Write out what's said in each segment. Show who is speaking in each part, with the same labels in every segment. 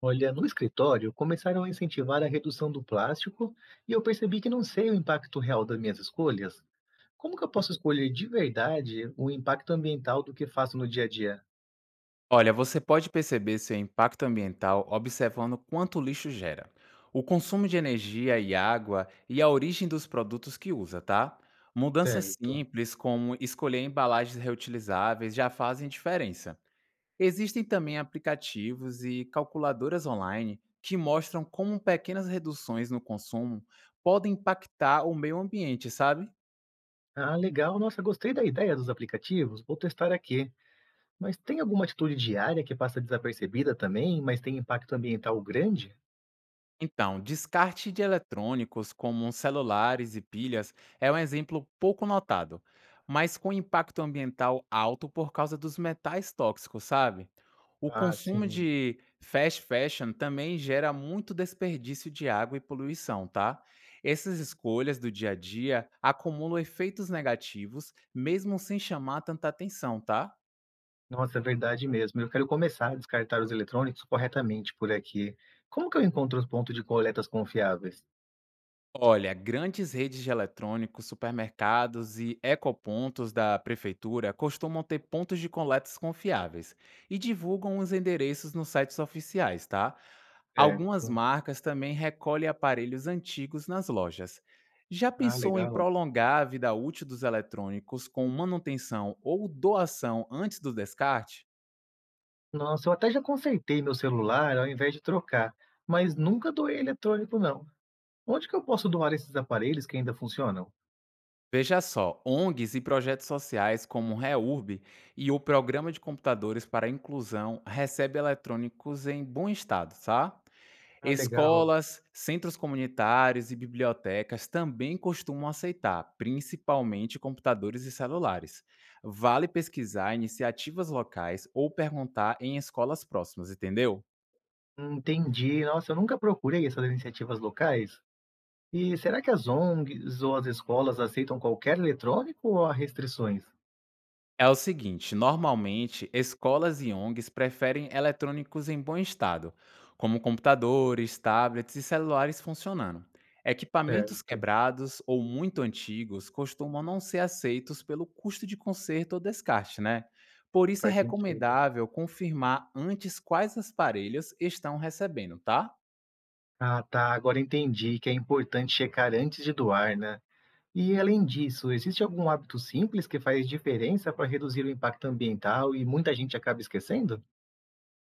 Speaker 1: Olha, no escritório começaram a incentivar a redução do plástico e eu percebi que não sei o impacto real das minhas escolhas. Como que eu posso escolher de verdade o impacto ambiental do que faço no dia a dia?
Speaker 2: Olha, você pode perceber seu impacto ambiental observando quanto lixo gera, o consumo de energia e água e a origem dos produtos que usa, tá? Mudanças
Speaker 1: Certo.
Speaker 2: simples, como escolher embalagens reutilizáveis, já fazem diferença. Existem também aplicativos e calculadoras online que mostram como pequenas reduções no consumo podem impactar o meio ambiente, sabe?
Speaker 1: Ah, legal. Nossa, gostei da ideia dos aplicativos. Vou testar aqui. Mas tem alguma atitude diária que passa desapercebida também, mas tem impacto ambiental grande?
Speaker 2: Então, descarte de eletrônicos como celulares e pilhas é um exemplo pouco notado, mas com impacto ambiental alto por causa dos metais tóxicos, sabe? O
Speaker 1: Ah,
Speaker 2: consumo
Speaker 1: sim.
Speaker 2: de fast fashion também gera muito desperdício de água e poluição, tá? Essas escolhas do dia a dia acumulam efeitos negativos, mesmo sem chamar tanta atenção, tá?
Speaker 1: Nossa, é verdade mesmo. Eu quero começar a descartar os eletrônicos corretamente por aqui. Como que eu encontro os pontos de coletas confiáveis?
Speaker 2: Olha, grandes redes de eletrônicos, supermercados e ecopontos da prefeitura costumam ter pontos de coletas confiáveis e divulgam os endereços nos sites oficiais, tá? Algumas
Speaker 1: Certo.
Speaker 2: marcas também recolhem aparelhos antigos nas lojas. Já
Speaker 1: Ah,
Speaker 2: pensou em
Speaker 1: legal.
Speaker 2: prolongar a vida útil dos eletrônicos com manutenção ou doação antes do descarte?
Speaker 1: Nossa, eu até já consertei meu celular ao invés de trocar, mas nunca doei eletrônico, não. Onde que eu posso doar esses aparelhos que ainda funcionam?
Speaker 2: Veja só, ONGs e projetos sociais como o REURB e o Programa de Computadores para a Inclusão recebem eletrônicos em bom estado, tá?
Speaker 1: Ah, legal.
Speaker 2: Escolas, centros comunitários e bibliotecas também costumam aceitar, principalmente computadores e celulares. Vale pesquisar iniciativas locais ou perguntar em escolas próximas, entendeu?
Speaker 1: Entendi. Nossa, eu nunca procurei essas iniciativas locais. E será que as ONGs ou as escolas aceitam qualquer eletrônico ou há restrições?
Speaker 2: É o seguinte, normalmente escolas e ONGs preferem eletrônicos em bom estado, como computadores, tablets e celulares funcionando. Equipamentos
Speaker 1: Certo,
Speaker 2: quebrados ou muito antigos costumam não ser aceitos pelo custo de conserto ou descarte, né? Por isso é
Speaker 1: faz sentido.
Speaker 2: recomendável confirmar antes quais aparelhos estão recebendo, tá?
Speaker 1: Ah, tá. Agora entendi que é importante checar antes de doar, né? E além disso, existe algum hábito simples que faz diferença para reduzir o impacto ambiental e muita gente acaba esquecendo?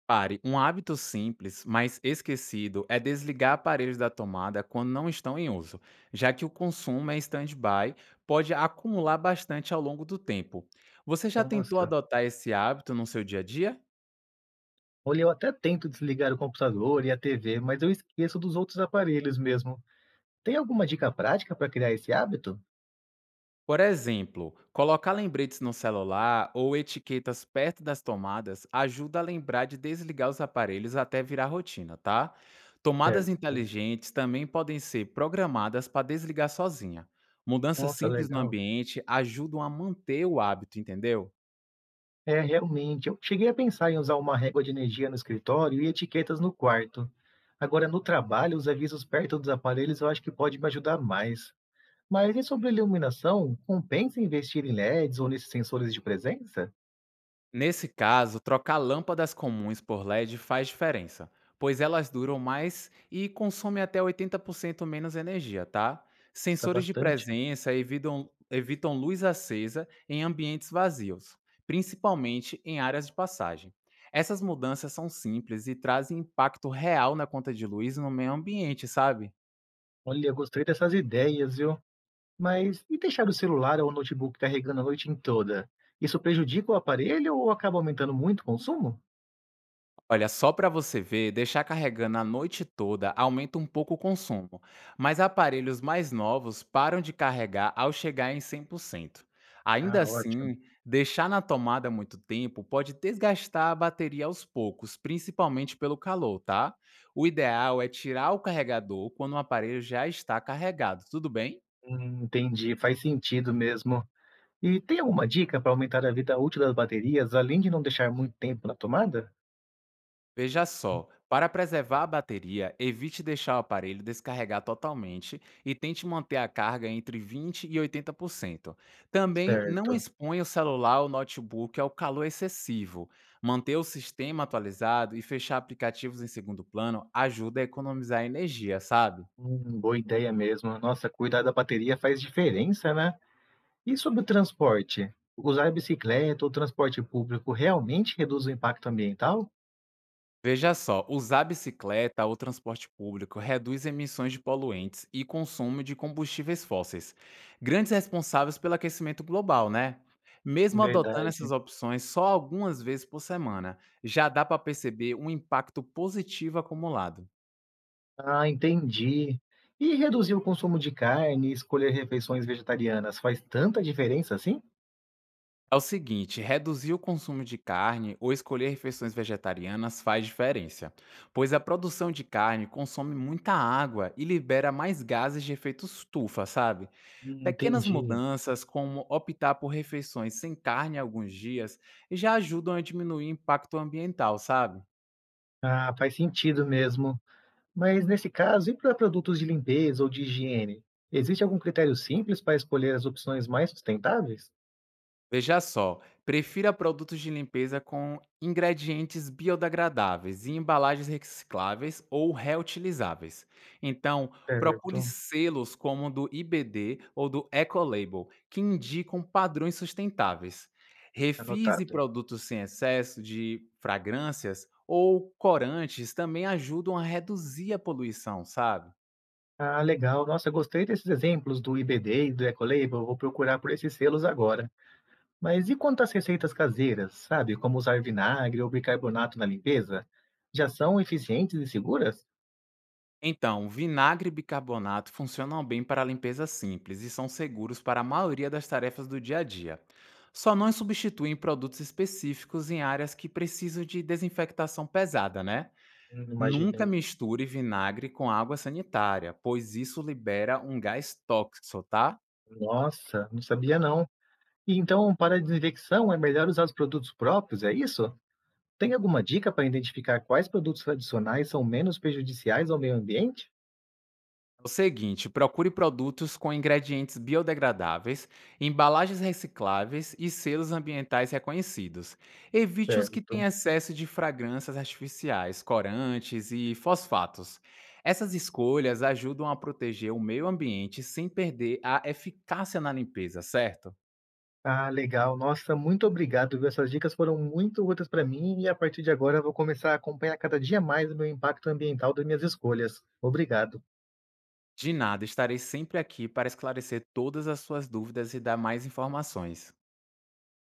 Speaker 2: Pare, um hábito simples, mas esquecido, é desligar aparelhos da tomada quando não estão em uso, já que o consumo em stand-by pode acumular bastante ao longo do tempo. Você já tentou
Speaker 1: Nossa,
Speaker 2: adotar esse hábito no seu dia a dia?
Speaker 1: olha, eu até tento desligar o computador e a TV, mas eu esqueço dos outros aparelhos mesmo. Tem alguma dica prática para criar esse hábito?
Speaker 2: Por exemplo, colocar lembretes no celular ou etiquetas perto das tomadas ajuda a lembrar de desligar os aparelhos até virar rotina, tá? Tomadas
Speaker 1: Certo.
Speaker 2: inteligentes também podem ser programadas para desligar sozinha. Mudanças
Speaker 1: Nossa,
Speaker 2: simples no
Speaker 1: legal.
Speaker 2: ambiente ajudam a manter o hábito, entendeu?
Speaker 1: É, realmente, eu cheguei a pensar em usar uma régua de energia no escritório e etiquetas no quarto. Agora, no trabalho, os avisos perto dos aparelhos eu acho que pode me ajudar mais. Mas e sobre iluminação, compensa investir em LEDs ou nesses sensores de presença?
Speaker 2: Nesse caso, trocar lâmpadas comuns por LED faz diferença, pois elas duram mais e consomem até 80% menos energia, tá?
Speaker 1: Está
Speaker 2: Sensores de
Speaker 1: bastante.
Speaker 2: presença evitam luz acesa em ambientes vazios, principalmente em áreas de passagem. Essas mudanças são simples e trazem impacto real na conta de luz e no meio ambiente, sabe?
Speaker 1: Olha, gostei dessas ideias, viu? Mas e deixar o celular ou o notebook carregando a noite em toda? Isso prejudica o aparelho ou acaba aumentando muito o consumo?
Speaker 2: Olha, só para você ver, deixar carregando a noite toda aumenta um pouco o consumo, mas aparelhos mais novos param de carregar ao chegar em 100%. Ainda
Speaker 1: Ah, ótimo.
Speaker 2: assim, deixar na tomada muito tempo pode desgastar a bateria aos poucos, principalmente pelo calor, tá? O ideal é tirar o carregador quando o aparelho já está carregado, tudo bem?
Speaker 1: Entendi, faz sentido mesmo. E tem alguma dica para aumentar a vida útil das baterias, além de não deixar muito tempo na tomada?
Speaker 2: Veja só, para preservar a bateria, evite deixar o aparelho descarregar totalmente e tente manter a carga entre 20 e 80%. Também não
Speaker 1: Certo.
Speaker 2: exponha o celular ou notebook ao calor excessivo. Manter o sistema atualizado e fechar aplicativos em segundo plano ajuda a economizar energia, sabe?
Speaker 1: Boa ideia mesmo. Nossa, cuidar da bateria faz diferença, né? E sobre o transporte? Usar bicicleta ou transporte público realmente reduz o impacto ambiental?
Speaker 2: Veja só, usar bicicleta ou transporte público reduz emissões de poluentes e consumo de combustíveis fósseis, grandes responsáveis pelo aquecimento global, né? Mesmo adotando
Speaker 1: Verdade.
Speaker 2: essas opções só algumas vezes por semana, já dá para perceber um impacto positivo acumulado.
Speaker 1: Ah, entendi. E reduzir o consumo de carne e escolher refeições vegetarianas faz tanta diferença assim?
Speaker 2: É o seguinte, reduzir o consumo de carne ou escolher refeições vegetarianas faz diferença, pois a produção de carne consome muita água e libera mais gases de efeito estufa, sabe? Pequenas
Speaker 1: Entendi.
Speaker 2: mudanças, como optar por refeições sem carne alguns dias, já ajudam a diminuir o impacto ambiental, sabe?
Speaker 1: Ah, faz sentido mesmo. Mas nesse caso, e para produtos de limpeza ou de higiene? Existe algum critério simples para escolher as opções mais sustentáveis?
Speaker 2: Veja só, prefira produtos de limpeza com ingredientes biodegradáveis e embalagens recicláveis ou reutilizáveis. Então, procure
Speaker 1: Certo,
Speaker 2: selos como o do IBD ou do Ecolabel, que indicam padrões sustentáveis. Refis e
Speaker 1: anotado.
Speaker 2: produtos sem excesso de fragrâncias ou corantes também ajudam a reduzir a poluição, sabe?
Speaker 1: Ah, legal. Nossa, gostei desses exemplos do IBD e do Ecolabel. Vou procurar por esses selos agora. Mas e quanto às receitas caseiras, sabe? Como usar vinagre ou bicarbonato na limpeza? Já são eficientes e seguras?
Speaker 2: Então, vinagre e bicarbonato funcionam bem para limpeza simples e são seguros para a maioria das tarefas do dia a dia. Só não substituem produtos específicos em áreas que precisam de desinfectação pesada, né? Nunca
Speaker 1: Imaginei.
Speaker 2: misture vinagre com água sanitária, pois isso libera um gás tóxico, tá?
Speaker 1: Nossa, não sabia não. E então, para a desinfecção, é melhor usar os produtos próprios, é isso? Tem alguma dica para identificar quais produtos tradicionais são menos prejudiciais ao meio ambiente?
Speaker 2: É o seguinte, procure produtos com ingredientes biodegradáveis, embalagens recicláveis e selos ambientais reconhecidos. Evite os que têm
Speaker 1: Certo.
Speaker 2: excesso de fragrâncias artificiais, corantes e fosfatos. Essas escolhas ajudam a proteger o meio ambiente sem perder a eficácia na limpeza, certo?
Speaker 1: Ah, legal. Nossa, muito obrigado, viu? Essas dicas foram muito úteis para mim e a partir de agora eu vou começar a acompanhar cada dia mais o meu impacto ambiental das minhas escolhas. Obrigado.
Speaker 2: De nada, estarei sempre aqui para esclarecer todas as suas dúvidas e dar mais informações.